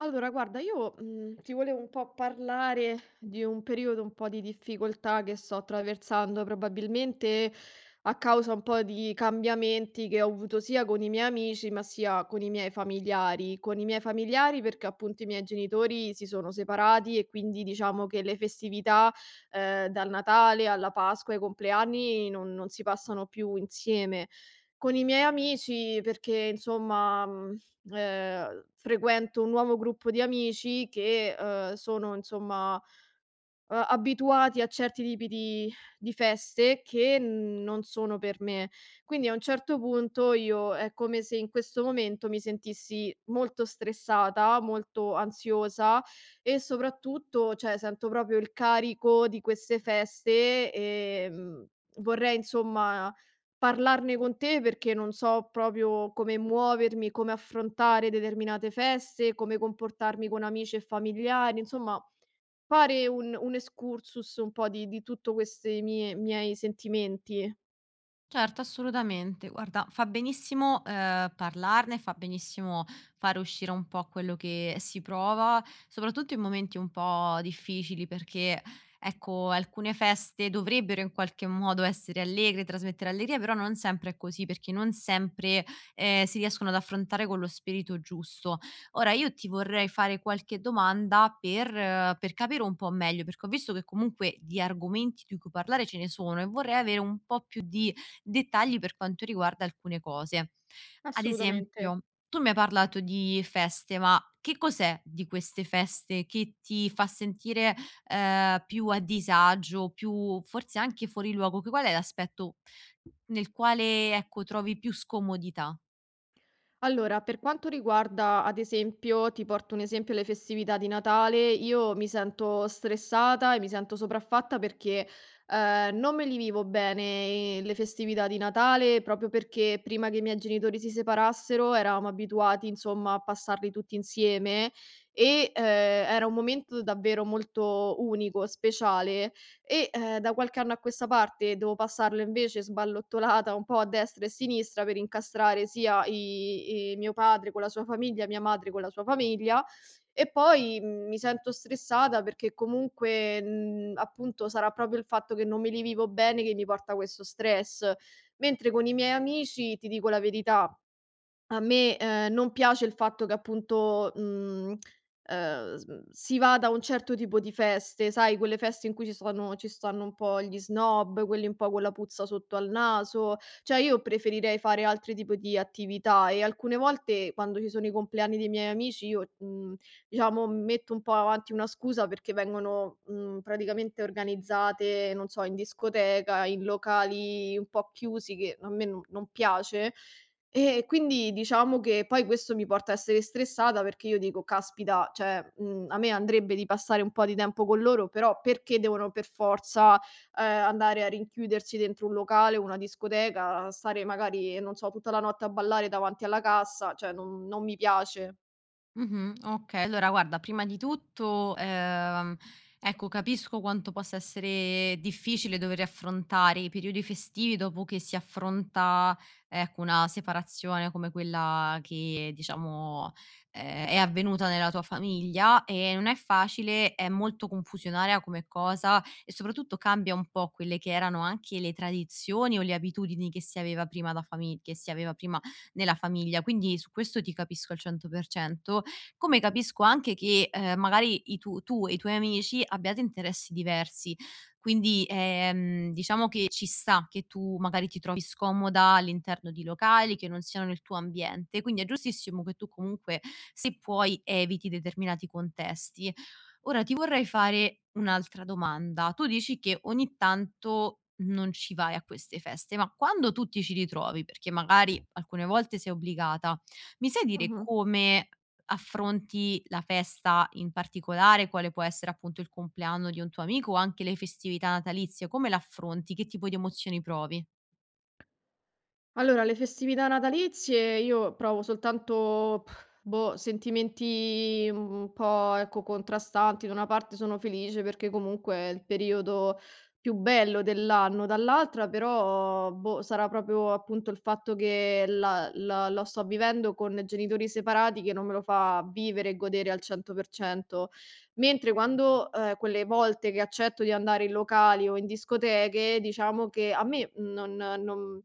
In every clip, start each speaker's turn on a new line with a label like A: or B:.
A: Allora, guarda, io, ti volevo un po' parlare di un periodo un po' di difficoltà che sto attraversando, probabilmente a causa un po' di cambiamenti che ho avuto sia con i miei amici, ma sia con i miei familiari. Con i miei familiari perché appunto i miei genitori si sono separati e quindi diciamo che le festività, dal Natale alla Pasqua, ai compleanni non si passano più insieme. Con i miei amici perché insomma, frequento un nuovo gruppo di amici che, sono insomma, abituati a certi tipi di feste che non sono per me. Quindi a un certo punto io è come se in questo momento mi sentissi molto stressata, molto ansiosa e soprattutto, cioè sento proprio il carico di queste feste, vorrei insomma parlarne con te perché non so proprio come muovermi, come affrontare determinate feste, come comportarmi con amici e familiari, insomma. Fare un excursus un po' di tutto queste miei sentimenti?
B: Certo, assolutamente. Guarda, fa benissimo, parlarne, fa benissimo fare uscire un po' quello che si prova, soprattutto in momenti un po' difficili perché, ecco, alcune feste dovrebbero in qualche modo essere allegre, trasmettere allegria, però non sempre è così, perché non sempre, si riescono ad affrontare con lo spirito giusto. Ora io ti vorrei fare qualche domanda per capire un po' meglio, perché ho visto che comunque di argomenti di cui parlare ce ne sono e vorrei avere un po' più di dettagli per quanto riguarda alcune cose. Ad
A: Assolutamente.
B: esempio, tu mi hai parlato di feste, ma che cos'è di queste feste che ti fa sentire, più a disagio, più forse anche fuori luogo? Che qual è l'aspetto nel quale, ecco, trovi più scomodità?
A: Allora, per quanto riguarda, ad esempio, ti porto un esempio, le festività di Natale, io mi sento stressata e mi sento sopraffatta perché, non me li vivo bene le festività di Natale, proprio perché prima che i miei genitori si separassero eravamo abituati, insomma, a passarli tutti insieme e, era un momento davvero molto unico, speciale. E, da qualche anno a questa parte devo passarlo invece sballottolata un po' a destra e a sinistra per incastrare sia i mio padre con la sua famiglia, mia madre con la sua famiglia. E poi, mi sento stressata perché comunque, appunto sarà proprio il fatto che non me li vivo bene che mi porta questo stress. Mentre con i miei amici, ti dico la verità a me, non piace il fatto che appunto, si vada a un certo tipo di feste, sai quelle feste in cui ci stanno un po' gli snob, quelli un po' con la puzza sotto al naso, cioè io preferirei fare altri tipo di attività e alcune volte quando ci sono i compleanni dei miei amici io, diciamo metto un po' avanti una scusa perché vengono, praticamente organizzate, non so, in discoteca, in locali un po' chiusi che a me non piace quindi diciamo che poi questo mi porta a essere stressata perché io dico: "Caspita, cioè, a me andrebbe di passare un po' di tempo con loro, però perché devono per forza, andare a rinchiudersi dentro un locale, una discoteca, stare magari, non so, tutta la notte a ballare davanti alla cassa, cioè non mi piace."
B: Mh-mh, okay. Allora guarda, prima di tutto, ecco, capisco quanto possa essere difficile dover affrontare i periodi festivi dopo che si affronta, ecco, una separazione come quella che diciamo, è avvenuta nella tua famiglia e non è facile, è molto confusionaria come cosa e soprattutto cambia un po' quelle che erano anche le tradizioni o le abitudini che si aveva prima da fami che si aveva prima nella famiglia. Quindi su questo ti capisco al 100%. Come capisco anche che, magari i tu tu e i tuoi amici abbiate interessi diversi. Quindi, diciamo che ci sta che tu magari ti trovi scomoda all'interno di locali che non siano nel tuo ambiente, quindi è giustissimo che tu comunque, se puoi, eviti determinati contesti. Ora ti vorrei fare un'altra domanda. Tu dici che ogni tanto non ci vai a queste feste, ma quando tu ti ci ritrovi, perché magari alcune volte sei obbligata, mi sai dire
A: Mh-mh.
B: come affronti la festa in particolare, quale può essere appunto il compleanno di un tuo amico o anche le festività natalizie, come l'affronti? Che tipo di emozioni provi?
A: Allora, le festività natalizie io provo soltanto, sentimenti un po', ecco, contrastanti. Da una parte sono felice perché comunque è il periodo più bello dell'anno, dall'altra però, boh, sarà proprio appunto il fatto che lo sto vivendo con genitori separati che non me lo fa vivere e godere al 100%. Mentre quando quelle volte che accetto di andare in locali o in discoteche, diciamo che a me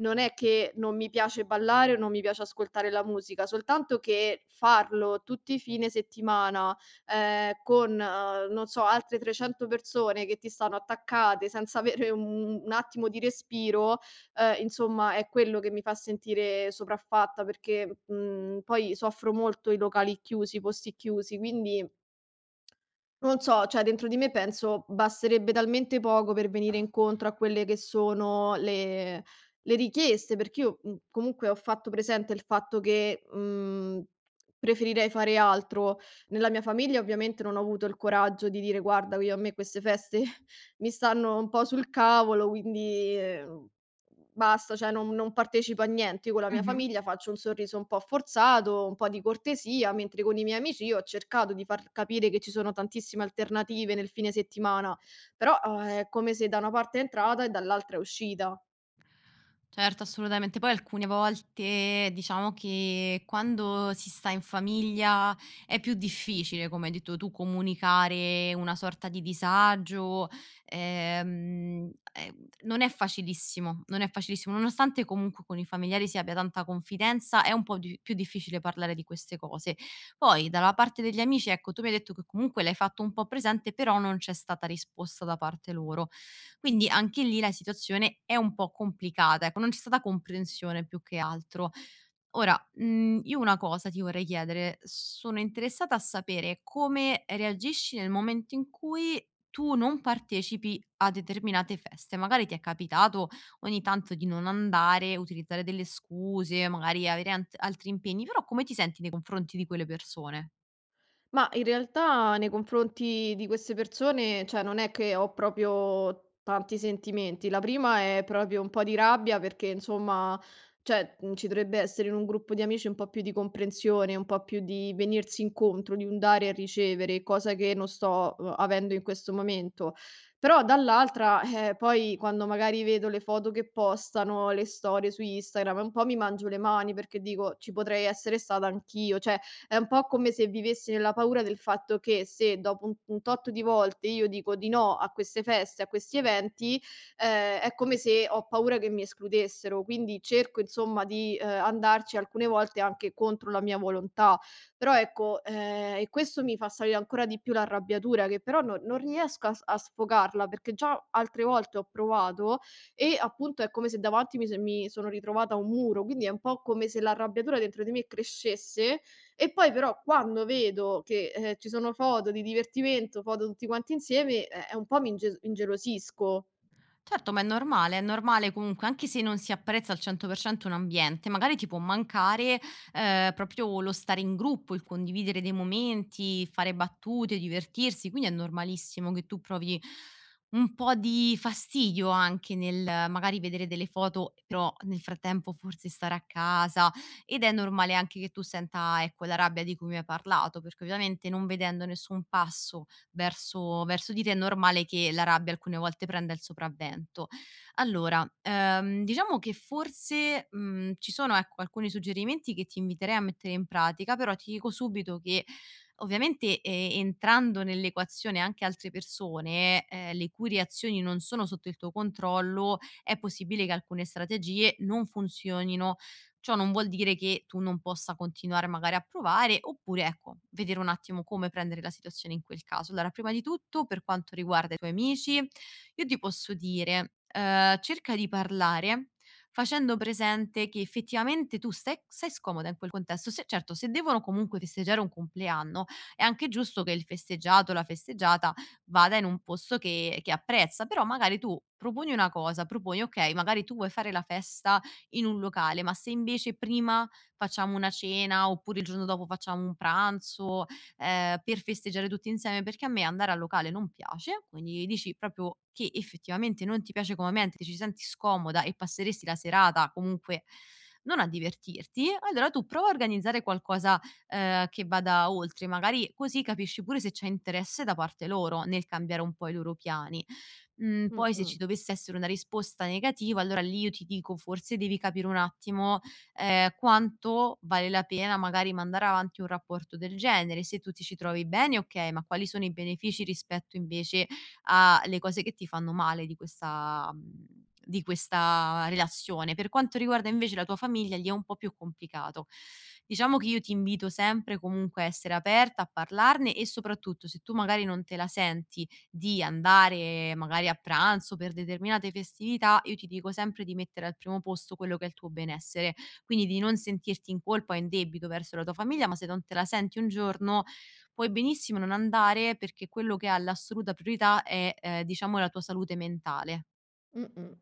A: non è che non mi piace ballare o non mi piace ascoltare la musica, soltanto che farlo tutti i fine settimana, con, non so, altre 300 persone che ti stanno attaccate senza avere un attimo di respiro, insomma è quello che mi fa sentire sopraffatta perché, poi soffro molto i locali chiusi, i posti chiusi, quindi non so, cioè dentro di me penso: basterebbe talmente poco per venire incontro a quelle che sono le richieste, perché io, comunque ho fatto presente il fatto che, preferirei fare altro. Nella mia famiglia ovviamente non ho avuto il coraggio di dire: "Guarda, io a me queste feste mi stanno un po' sul cavolo, quindi" basta, cioè non partecipo a niente. Io con la mia
B: Mh-mh.
A: famiglia faccio un sorriso un po' forzato, un po' di cortesia, mentre con i miei amici io ho cercato di far capire che ci sono tantissime alternative nel fine settimana, però, è come se da una parte è entrata e dall'altra è uscita.
B: Certo, assolutamente. Poi alcune volte diciamo che quando si sta in famiglia è più difficile, come hai detto tu, comunicare una sorta di disagio, ehm, ehm, non è facilissimo, non è facilissimo. Nonostante comunque con i familiari si abbia tanta confidenza, è un po' di più difficile parlare di queste cose. Poi dalla parte degli amici, ecco, tu mi hai detto che comunque l'hai fatto un po' presente, però non c'è stata risposta da parte loro. Quindi anche lì la situazione è un po' complicata, ecco, non c'è stata comprensione più che altro. Ora, io una cosa ti vorrei chiedere: sono interessata a sapere come reagisci nel momento in cui tu non partecipi a determinate feste. Magari ti è capitato ogni tanto di non andare, utilizzare delle scuse, magari avere ant altri impegni, però come ti senti nei confronti di quelle persone?
A: Ma in realtà nei confronti di queste persone, cioè non è che ho proprio tanti sentimenti. La prima è proprio un po' di rabbia perché insomma, cioè ci dovrebbe essere in un gruppo di amici un po' più di comprensione, un po' più di venirsi incontro, di un dare e ricevere, cosa che non sto avendo in questo momento. Però dall'altra, poi quando magari vedo le foto che postano, le storie su Instagram, un po' mi mangio le mani perché dico ci potrei essere stata anch'io, cioè è un po' come se vivessi nella paura del fatto che se dopo un tot di volte io dico di no a queste feste, a questi eventi, è come se ho paura che mi escludessero. Quindi cerco insomma di, andarci alcune volte anche contro la mia volontà. Però ecco, e questo mi fa salire ancora di più l'arrabbiatura che però non riesco a sfogarla, perché già altre volte ho provato e appunto è come se davanti mi sono ritrovata a un muro, quindi è un po' come se l'arrabbiatura dentro di me crescesse e poi però quando vedo che, ci sono foto di divertimento, foto tutti quanti insieme, un po' mi inges ingelosisco.
B: Certo, ma è normale comunque, anche se non si apprezza al 100% un ambiente, magari ti può mancare, proprio lo stare in gruppo, il condividere dei momenti, fare battute, divertirsi, quindi è normalissimo che tu provi un po' di fastidio anche nel magari vedere delle foto, però nel frattempo forse stare a casa ed è normale anche che tu senta, ecco, la rabbia di cui mi hai parlato, perché ovviamente non vedendo nessun passo verso di te, è normale che la rabbia alcune volte prenda il sopravvento. Allora, diciamo che forse, ci sono, ecco, alcuni suggerimenti che ti inviterei a mettere in pratica, però ti dico subito che ovviamente, entrando nell'equazione anche altre persone, le cui reazioni non sono sotto il tuo controllo, è possibile che alcune strategie non funzionino. Ciò non vuol dire che tu non possa continuare magari a provare, oppure ecco, vedere un attimo come prendere la situazione in quel caso. Allora, prima di tutto, per quanto riguarda i tuoi amici, io ti posso dire, cerca di parlare facendo presente che effettivamente tu stai sei scomoda in quel contesto. Se certo, se devono comunque festeggiare un compleanno, è anche giusto che il festeggiato o la festeggiata vada in un posto che apprezza, però magari tu proponi una cosa, proponi: okay, magari tu vuoi fare la festa in un locale, ma se invece prima facciamo una cena oppure il giorno dopo facciamo un pranzo, per festeggiare tutti insieme, perché a me andare al locale non piace, quindi dici proprio che effettivamente non ti piace come ambiente, ci senti scomoda e passeresti la serata comunque non a divertirti, allora tu prova a organizzare qualcosa, che vada oltre, magari così capisci pure se c'è interesse da parte loro nel cambiare un po' i loro piani. Poi se ci
A: Mh-mh.
B: dovesse essere una risposta negativa, allora lì io ti dico forse devi capire un attimo, quanto vale la pena magari mandare avanti un rapporto del genere. Se tu ti ci trovi bene, okay, ma quali sono i benefici rispetto invece alle cose che ti fanno male di questa di questa relazione. Per quanto riguarda invece la tua famiglia, lì è un po' più complicato. Diciamo che io ti invito sempre comunque a essere aperta, a parlarne e soprattutto se tu magari non te la senti di andare magari a pranzo per determinate festività, io ti dico sempre di mettere al primo posto quello che è il tuo benessere, quindi di non sentirti in colpa o in debito verso la tua famiglia, ma se non te la senti un giorno puoi benissimo non andare perché quello che ha l'assoluta priorità è, diciamo la tua salute mentale.
A: Mh-mh.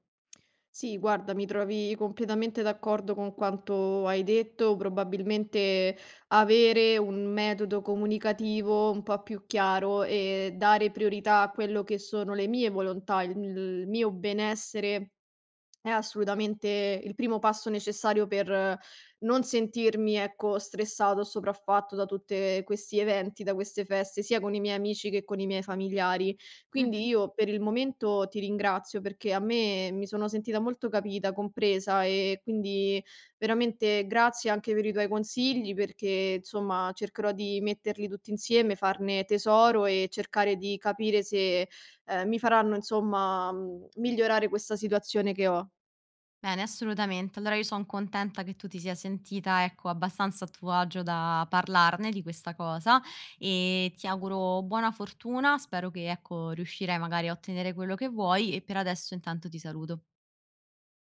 A: Sì, guarda, mi trovi completamente d'accordo con quanto hai detto. Probabilmente avere un metodo comunicativo un po' più chiaro e dare priorità a quello che sono le mie volontà, il mio benessere è assolutamente il primo passo necessario per non sentirmi, ecco, stressato o sopraffatto da tutte questi eventi, da queste feste, sia con i miei amici che con i miei familiari. Quindi
B: Mh-mh.
A: io per il momento ti ringrazio perché a me mi sono sentita molto capita, compresa e quindi veramente grazie anche per i tuoi consigli perché insomma cercherò di metterli tutti insieme, farne tesoro e cercare di capire se mi faranno insomma migliorare questa situazione che ho.
B: Bene, assolutamente. Allora io son contenta che tu ti sia sentita, ecco, abbastanza a tuo agio da parlarne di questa cosa e ti auguro buona fortuna. Spero che, ecco, riuscirai magari a ottenere quello che vuoi e per adesso intanto ti saluto.